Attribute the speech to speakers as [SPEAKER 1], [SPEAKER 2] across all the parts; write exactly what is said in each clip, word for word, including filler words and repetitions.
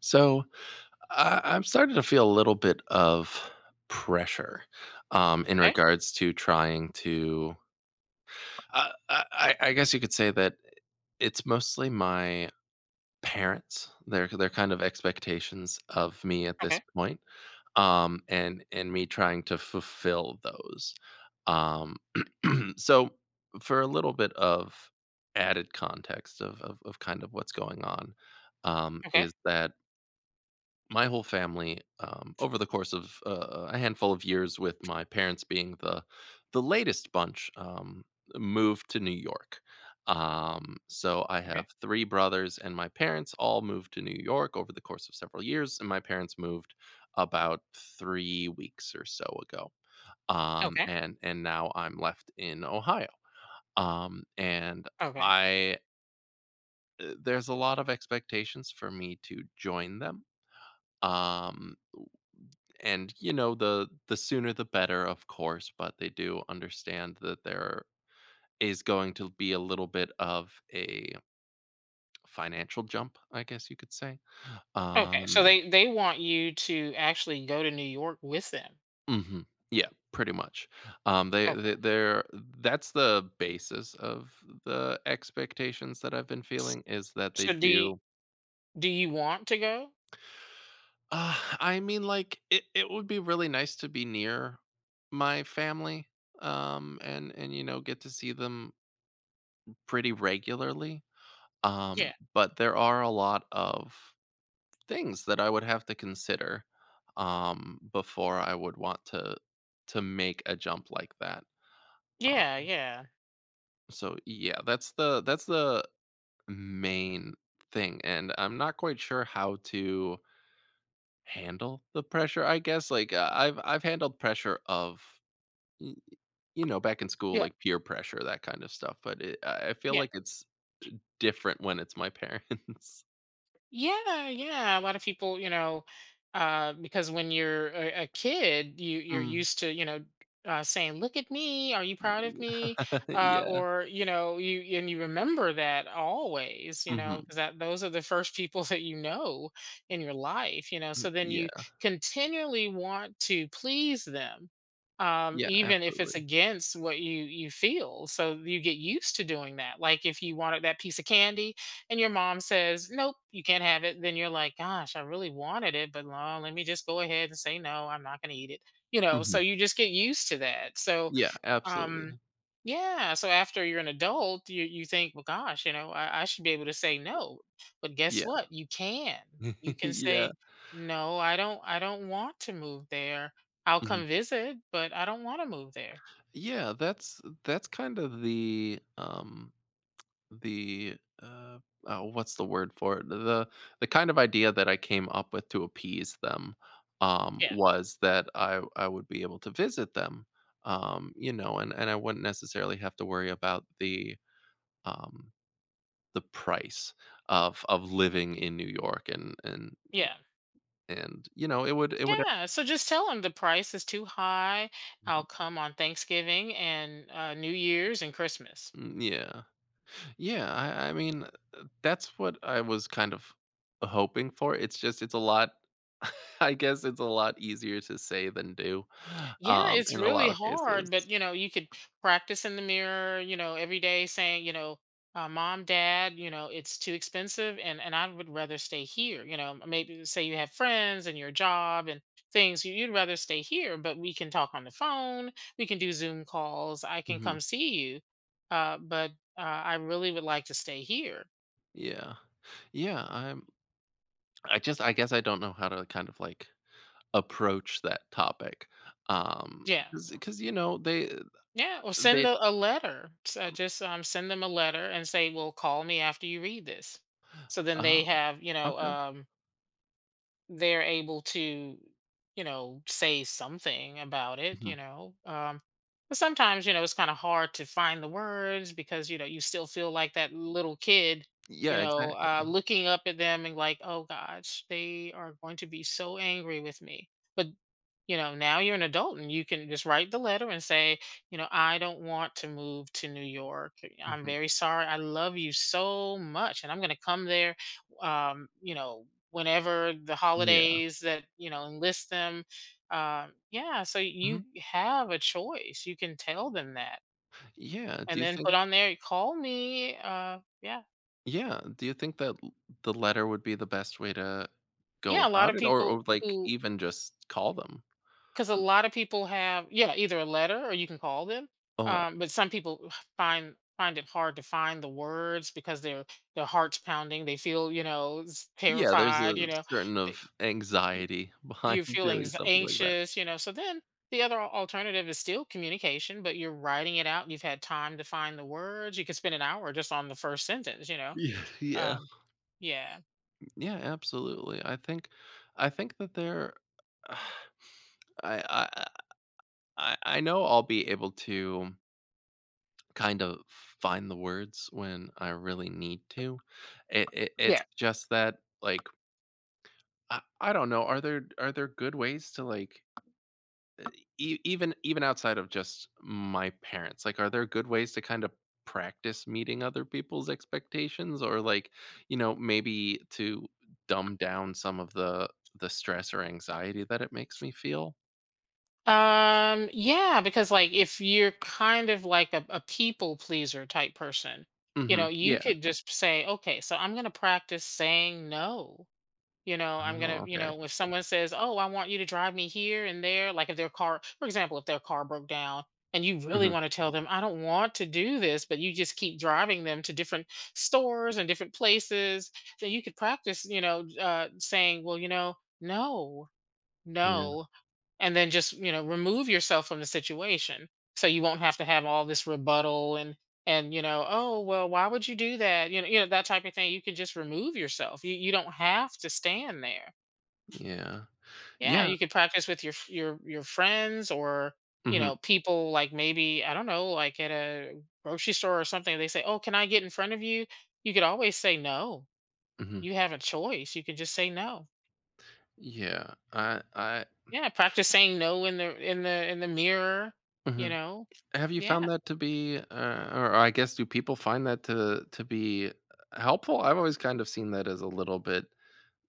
[SPEAKER 1] So I, I'm starting to feel a little bit of pressure, um, in
[SPEAKER 2] Okay,
[SPEAKER 1] regards to trying to. I I, I I guess you could say that it's mostly my parents. Their their kind of expectations of me at this
[SPEAKER 2] okay,
[SPEAKER 1] point, um, and and me trying to fulfill those. Um, so for a little bit of added context of of, of kind of what's going on, um,
[SPEAKER 2] okay,
[SPEAKER 1] is that my whole family, um, over the course of uh, a handful of years, with my parents being the the latest bunch, um, moved to New York. Um, so I have
[SPEAKER 2] okay,
[SPEAKER 1] three brothers and my parents all moved to New York over the course of several years, and my parents moved about three weeks or so ago. um,
[SPEAKER 2] okay,
[SPEAKER 1] and and now I'm left in Ohio. Um, and
[SPEAKER 2] okay,
[SPEAKER 1] I uh, There's a lot of expectations for me to join them. um and, you know, the the sooner the better, of course, but they do understand that there is going to be a little bit of a financial jump, I guess you could say.
[SPEAKER 2] okay. So
[SPEAKER 1] um
[SPEAKER 2] they they want you to actually go to New York with them.
[SPEAKER 1] mhm, yeah, pretty much. Um they,
[SPEAKER 2] Okay.
[SPEAKER 1] they they're That's the basis of the expectations that I've been
[SPEAKER 2] S-
[SPEAKER 1] feeling, is that they
[SPEAKER 2] So do you,
[SPEAKER 1] do
[SPEAKER 2] do you want to go?
[SPEAKER 1] uh, I mean, like it, it would be really nice to be near my family, um and and you know get to see them pretty regularly.
[SPEAKER 2] Yeah,
[SPEAKER 1] Um, but there are a lot of things that I would have to consider, um, before I would want to to make a jump like that.
[SPEAKER 2] yeah,
[SPEAKER 1] Um,
[SPEAKER 2] yeah,
[SPEAKER 1] so yeah, that's the that's the main thing, and I'm not quite sure how to handle the pressure. I guess, like, uh, I've I've handled pressure of y- you know back in school,
[SPEAKER 2] yeah,
[SPEAKER 1] like peer pressure, that kind of stuff, but it, I I feel
[SPEAKER 2] yeah.
[SPEAKER 1] like it's different when it's my parents.
[SPEAKER 2] Yeah, yeah. A lot of people, you know, uh, because when you're a, a kid, you you're
[SPEAKER 1] Mm.
[SPEAKER 2] used to, you know, uh, saying, "Look at me. Are you proud of me?" Uh,
[SPEAKER 1] Yeah.
[SPEAKER 2] or you know, you and you remember that always, you
[SPEAKER 1] Hmm.
[SPEAKER 2] know, because that those are the first people that you know in your life, you know. So then you continually want to please them, um,
[SPEAKER 1] Yeah,
[SPEAKER 2] even if it's
[SPEAKER 1] absolutely.
[SPEAKER 2] against what you you feel. So you get used to doing that. Like if you wanted that piece of candy and your mom says, "Nope, you can't have it." Then you're like, "Gosh, I really wanted it, but no, let me just go ahead and say no. I'm not going to eat it." You know, so
[SPEAKER 1] Mhm.
[SPEAKER 2] you just get used to that. So,
[SPEAKER 1] Yeah,
[SPEAKER 2] um,
[SPEAKER 1] absolutely.
[SPEAKER 2] yeah. So after you're an adult, you you think, "Well, gosh, you know, I, I should be able to say no." But guess
[SPEAKER 1] Yeah.
[SPEAKER 2] what? You can. You can
[SPEAKER 1] Yeah.
[SPEAKER 2] say, "No, I don't. I don't want to move there. I'll
[SPEAKER 1] Mhm.
[SPEAKER 2] come visit, but I don't want to move there."
[SPEAKER 1] Yeah, that's that's kind of the, um, the, uh, oh, what's the word for it? The the kind of idea that I came up with to appease them, um,
[SPEAKER 2] Yeah.
[SPEAKER 1] was that I I would be able to visit them, um, you know, and and I wouldn't necessarily have to worry about the, um, the price of of living in New York, and and
[SPEAKER 2] Yeah.
[SPEAKER 1] and, you know, it would it would, uh
[SPEAKER 2] Yeah, so just tell them the price is too high. I'll come on Thanksgiving and uh, New Year's and Christmas.
[SPEAKER 1] Mm, yeah. Yeah, I, I mean, uh, that's what I was kind of hoping for. It's just, it's a lot. I guess it's a lot easier to say than do,
[SPEAKER 2] Yeah,
[SPEAKER 1] um,
[SPEAKER 2] it's
[SPEAKER 1] in a
[SPEAKER 2] really
[SPEAKER 1] lot of
[SPEAKER 2] hard,
[SPEAKER 1] cases.
[SPEAKER 2] but you know, you could practice in the mirror, you know, every day saying, you know, uh, mom, dad, you know, it's too expensive and and I would rather stay here, you know, maybe say you have friends and your job and things, you- you'd rather stay here, but we can talk on the phone, we can do Zoom calls, I can
[SPEAKER 1] Mhm.
[SPEAKER 2] come see you. Uh, but uh, I really would like to stay here.
[SPEAKER 1] Yeah, yeah. I'm. I just, I guess, I don't know how to kind of, like, approach that topic, um,
[SPEAKER 2] Yeah.
[SPEAKER 1] because you know they
[SPEAKER 2] Yeah, or send
[SPEAKER 1] they
[SPEAKER 2] a, a letter. So just um, send them a letter and say, "Well, call me after you read this." So then they
[SPEAKER 1] um
[SPEAKER 2] have, you know,
[SPEAKER 1] okay.
[SPEAKER 2] um, they're able to you know say something about it
[SPEAKER 1] Mhm.
[SPEAKER 2] you know um but sometimes you know it's kind of hard to find the words, because you know you still feel like that little kid you
[SPEAKER 1] Yeah,
[SPEAKER 2] know uh
[SPEAKER 1] exactly.
[SPEAKER 2] looking up at them, and like, oh gosh, they are going to be so angry with me. But you know now you're an adult, and you can just write the letter and say you know I don't want to move to New York. I'm
[SPEAKER 1] Hmm.
[SPEAKER 2] very sorry. I love you so much, and I'm going to come there um you know whenever the
[SPEAKER 1] Yeah.
[SPEAKER 2] holidays that you know enlist them. um yeah. So
[SPEAKER 1] Mhm.
[SPEAKER 2] you have a choice. You can tell them that,
[SPEAKER 1] Yeah. Do
[SPEAKER 2] and
[SPEAKER 1] you
[SPEAKER 2] then
[SPEAKER 1] think?
[SPEAKER 2] put on there, call me. uh yeah.
[SPEAKER 1] Yeah, do you think that l the letter would be the best way to go
[SPEAKER 2] Yeah, a lot
[SPEAKER 1] about
[SPEAKER 2] of
[SPEAKER 1] it, or
[SPEAKER 2] people
[SPEAKER 1] or, like,
[SPEAKER 2] who
[SPEAKER 1] even just call them?
[SPEAKER 2] because a lot of people have, yeah, either a letter or you can call them.
[SPEAKER 1] Oh, uh,
[SPEAKER 2] Um but some people find find it hard to find the words, because their their heart's pounding. They feel, you know s-
[SPEAKER 1] yeah, there's a
[SPEAKER 2] terrified, you know.
[SPEAKER 1] certain of anxiety behind
[SPEAKER 2] You're feeling
[SPEAKER 1] doing
[SPEAKER 2] s-
[SPEAKER 1] something like that.
[SPEAKER 2] anxious, you know. So then the other al- alternative is still communication, but you're writing it out. You've had time to find the words. You could spend an hour just on the first sentence, you know.
[SPEAKER 1] Yeah, yeah.
[SPEAKER 2] Um, yeah.
[SPEAKER 1] Yeah, absolutely. I think I think that there I I I I know I'll be able to kind of find the words when I really need to. It it it's
[SPEAKER 2] Yeah.
[SPEAKER 1] just that, like, I I don't know, are there are there good ways to, like, E even even outside of just my parents, like, are there good ways to kind of practice meeting other people's expectations, or, like, you know, maybe to dumb down some of the the stress or anxiety that it makes me feel?
[SPEAKER 2] Um, yeah, because like if you're kind of like a, a people pleaser type person, you know,
[SPEAKER 1] Mhm.
[SPEAKER 2] you
[SPEAKER 1] Yeah.
[SPEAKER 2] could just say, okay, so I'm going to practice saying no. You know, I'm gonna,
[SPEAKER 1] Oh,
[SPEAKER 2] you
[SPEAKER 1] okay.
[SPEAKER 2] know, if someone says, "Oh, I want you to drive me here and there," like if their car, for example, if their car broke down, and you really
[SPEAKER 1] Mhm.
[SPEAKER 2] want to tell them, "I don't want to do this," but you just keep driving them to different stores and different places. Then you could practice, you know, uh, saying, "Well, you know, no,
[SPEAKER 1] Yeah.
[SPEAKER 2] no," and then just, you know, remove yourself from the situation. So you won't have to have all this rebuttal and and you know oh, well, why would you do that you know you know that type of thing. You can just remove yourself. You you don't have to stand there.
[SPEAKER 1] Yeah.
[SPEAKER 2] Yeah,
[SPEAKER 1] Yeah.
[SPEAKER 2] you could practice with your f your your friends, or, you
[SPEAKER 1] Mhm.
[SPEAKER 2] know, people, like, maybe, I don't know, like at a grocery store or something. They say, "Oh, can I get in front of you?" You could always say no.
[SPEAKER 1] Mhm.
[SPEAKER 2] You have a choice. You can just say no.
[SPEAKER 1] Yeah. I I
[SPEAKER 2] Yeah, practice saying no in the in the in the mirror, you
[SPEAKER 1] Mhm.
[SPEAKER 2] know?
[SPEAKER 1] Have you found
[SPEAKER 2] Yeah.
[SPEAKER 1] that to be, uh, or I guess do people find that to to be helpful? I've always kind of seen that as a little bit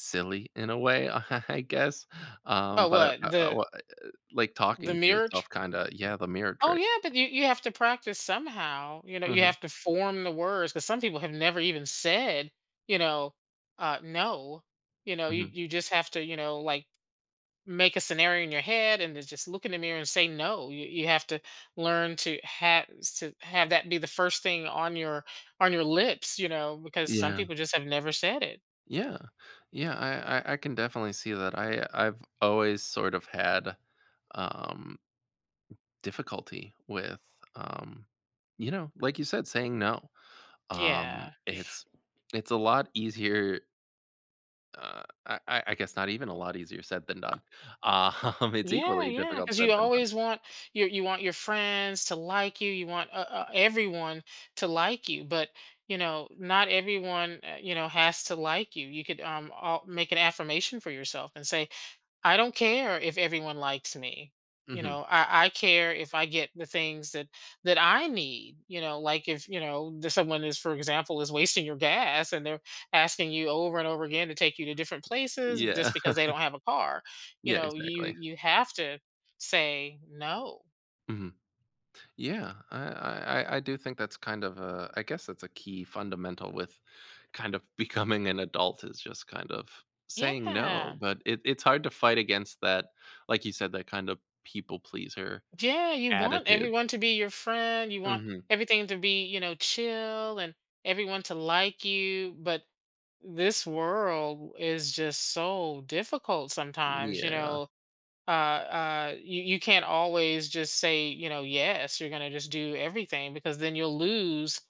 [SPEAKER 1] silly in a way, I guess, um,
[SPEAKER 2] Oh,
[SPEAKER 1] but I
[SPEAKER 2] what?
[SPEAKER 1] I I
[SPEAKER 2] The
[SPEAKER 1] wa like
[SPEAKER 2] the
[SPEAKER 1] talking to
[SPEAKER 2] mirror.
[SPEAKER 1] yourself kinda, yeah, the mirror
[SPEAKER 2] Oh
[SPEAKER 1] trick.
[SPEAKER 2] yeah, but you you have to practice somehow. You know, you
[SPEAKER 1] Mhm,
[SPEAKER 2] have to form the words because some people have never even said, you know, uh, no. You know, you
[SPEAKER 1] mhm.
[SPEAKER 2] you just have to, you know, like, make a scenario in your head, and then just look in the mirror and say no. You you have to learn to have to have that be the first thing on your on your lips. You know, because some
[SPEAKER 1] Yeah,
[SPEAKER 2] people just have never said it.
[SPEAKER 1] yeah, yeah, I I I can definitely see that. I I've always sort of had, um, difficulty with, um, you know, like you said, saying no. Um,
[SPEAKER 2] Yeah, yeah.
[SPEAKER 1] it's it's a lot easier, uh, I I I guess not even a lot easier said than done. Um, it's
[SPEAKER 2] Yeah,
[SPEAKER 1] equally
[SPEAKER 2] yeah,
[SPEAKER 1] difficult
[SPEAKER 2] because
[SPEAKER 1] said
[SPEAKER 2] you
[SPEAKER 1] than done.
[SPEAKER 2] always want your you want your friends to like you. You want, uh, uh, everyone to like you. But you know, not everyone, uh, you know has to like you. You could, um all, make an affirmation for yourself and say, I don't care if everyone likes me. You
[SPEAKER 1] Mhm.
[SPEAKER 2] know, I, I care if I get the things that that I need. You know, like, if you know the, someone is, for example, is wasting your gas, and they're asking you over and over again to take you to different places,
[SPEAKER 1] Yeah.
[SPEAKER 2] just because they don't have a car. You
[SPEAKER 1] Yeah,
[SPEAKER 2] know, you
[SPEAKER 1] exactly.
[SPEAKER 2] you have to say no.
[SPEAKER 1] Hmm. Yeah, I, I I I do think that's kind of a, I guess that's a key fundamental with kind of becoming an adult, is just kind of saying no,
[SPEAKER 2] Yeah,
[SPEAKER 1] but it, it's hard to fight against that, like you said, that kind of people pleaser
[SPEAKER 2] yeah. You want
[SPEAKER 1] attitude.
[SPEAKER 2] everyone to be your friend. You want
[SPEAKER 1] Hmm.
[SPEAKER 2] everything to be, you know chill, and everyone to like you. But this world is just so difficult sometimes, you
[SPEAKER 1] Yeah.
[SPEAKER 2] know uh uh you, you can't always just say, you know yes, you're gonna just do everything. Because then you'll lose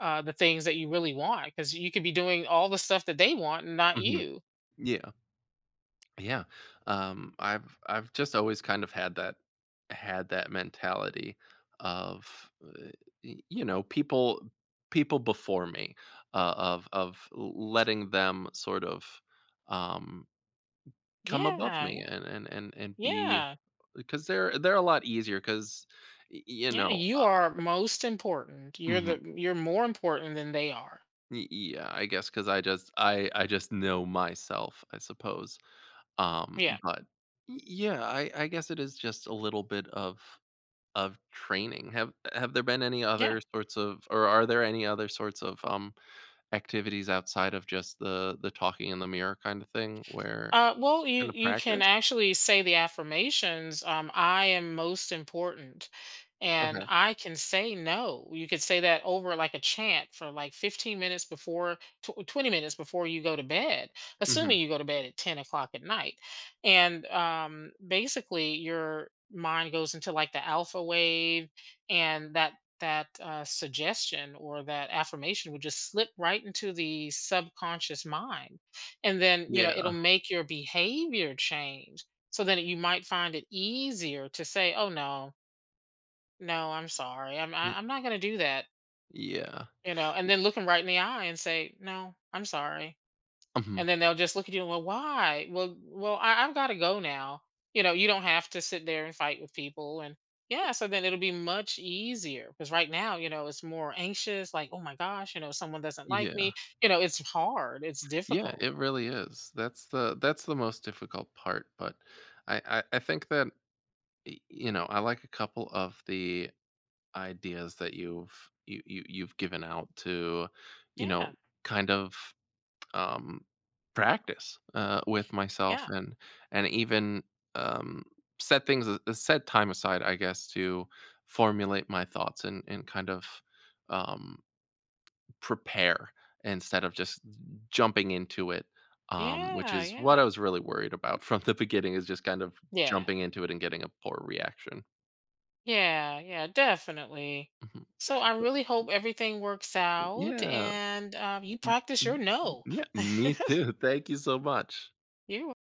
[SPEAKER 2] uh the things that you really want, because you could be doing all the stuff that they want, and not
[SPEAKER 1] Hmm.
[SPEAKER 2] you.
[SPEAKER 1] Yeah. Yeah. Um, I've I've just always kind of had that had that mentality of uh, y- you know people people before me, uh, of of letting them sort of, um, come above
[SPEAKER 2] Yeah, yeah,
[SPEAKER 1] me and and and and be
[SPEAKER 2] yeah,
[SPEAKER 1] because they're they're a lot easier because you
[SPEAKER 2] yeah.
[SPEAKER 1] know.
[SPEAKER 2] You are most important you're
[SPEAKER 1] Mhm,
[SPEAKER 2] the you're more important than they are.
[SPEAKER 1] y- yeah I guess, because I just I I just know myself, I suppose, um,
[SPEAKER 2] Yeah,
[SPEAKER 1] but Y- yeah I, I guess it is just a little bit of Of training. Have have there been any
[SPEAKER 2] yeah.
[SPEAKER 1] other sorts of, or are there any other sorts of, um, activities outside of just the the talking in the mirror kinda thing where
[SPEAKER 2] Uh, well, you
[SPEAKER 1] kinda
[SPEAKER 2] you can
[SPEAKER 1] practice?
[SPEAKER 2] actually say the affirmations. Um, I am most important,
[SPEAKER 1] Okay.
[SPEAKER 2] and I can say no. You could say that over, like, a chant for like fifteen minutes before, tw- twenty minutes before you go to bed,
[SPEAKER 1] Mhm.
[SPEAKER 2] assuming you go to bed at ten o'clock at night. And um, basically, your mind goes into, like, the alpha wave, and that that uh, suggestion or that affirmation would just slip right into the subconscious mind. And then you know it'll
[SPEAKER 1] Yeah.
[SPEAKER 2] make your behavior change. So then you might find it easier to say, oh no, no, I'm sorry, i'm
[SPEAKER 1] Y
[SPEAKER 2] I, i'm not going to do that
[SPEAKER 1] yeah.
[SPEAKER 2] you know and then look them right in the eye and say no, I'm sorry.
[SPEAKER 1] Mhm.
[SPEAKER 2] And then they'll just look at you and, well, why, well well I, i've got to go now you know you don't have to sit there and fight with people. And Yeah, so then it'll be much easier, because right now, you know it's more anxious, like, oh my gosh, you know someone doesn't like
[SPEAKER 1] Yeah.
[SPEAKER 2] me you know it's hard, it's
[SPEAKER 1] Yeah,
[SPEAKER 2] difficult.
[SPEAKER 1] it really is. That's the that's the most difficult part, but I I I think that, y you know, I like a couple of the ideas that you've you you you've given out to, you
[SPEAKER 2] Yeah,
[SPEAKER 1] know, kind of, um, practice, uh, with myself,
[SPEAKER 2] yeah,
[SPEAKER 1] and and even, um, set things a- set time aside, I guess, to formulate my thoughts, and and kind of, um, prepare instead of just jumping into it. Um, which
[SPEAKER 2] yeah,
[SPEAKER 1] is what I
[SPEAKER 2] yeah.
[SPEAKER 1] was really worried about from the beginning, is just kind of
[SPEAKER 2] Yeah,
[SPEAKER 1] jumping into it and getting a poor reaction.
[SPEAKER 2] yeah, yeah, definitely.
[SPEAKER 1] Mhm.
[SPEAKER 2] So I
[SPEAKER 1] But,
[SPEAKER 2] really hope everything works out,
[SPEAKER 1] yeah.
[SPEAKER 2] and um, you practice your
[SPEAKER 1] m- m-
[SPEAKER 2] no.
[SPEAKER 1] Yeah, me too. Thank you so much.
[SPEAKER 2] you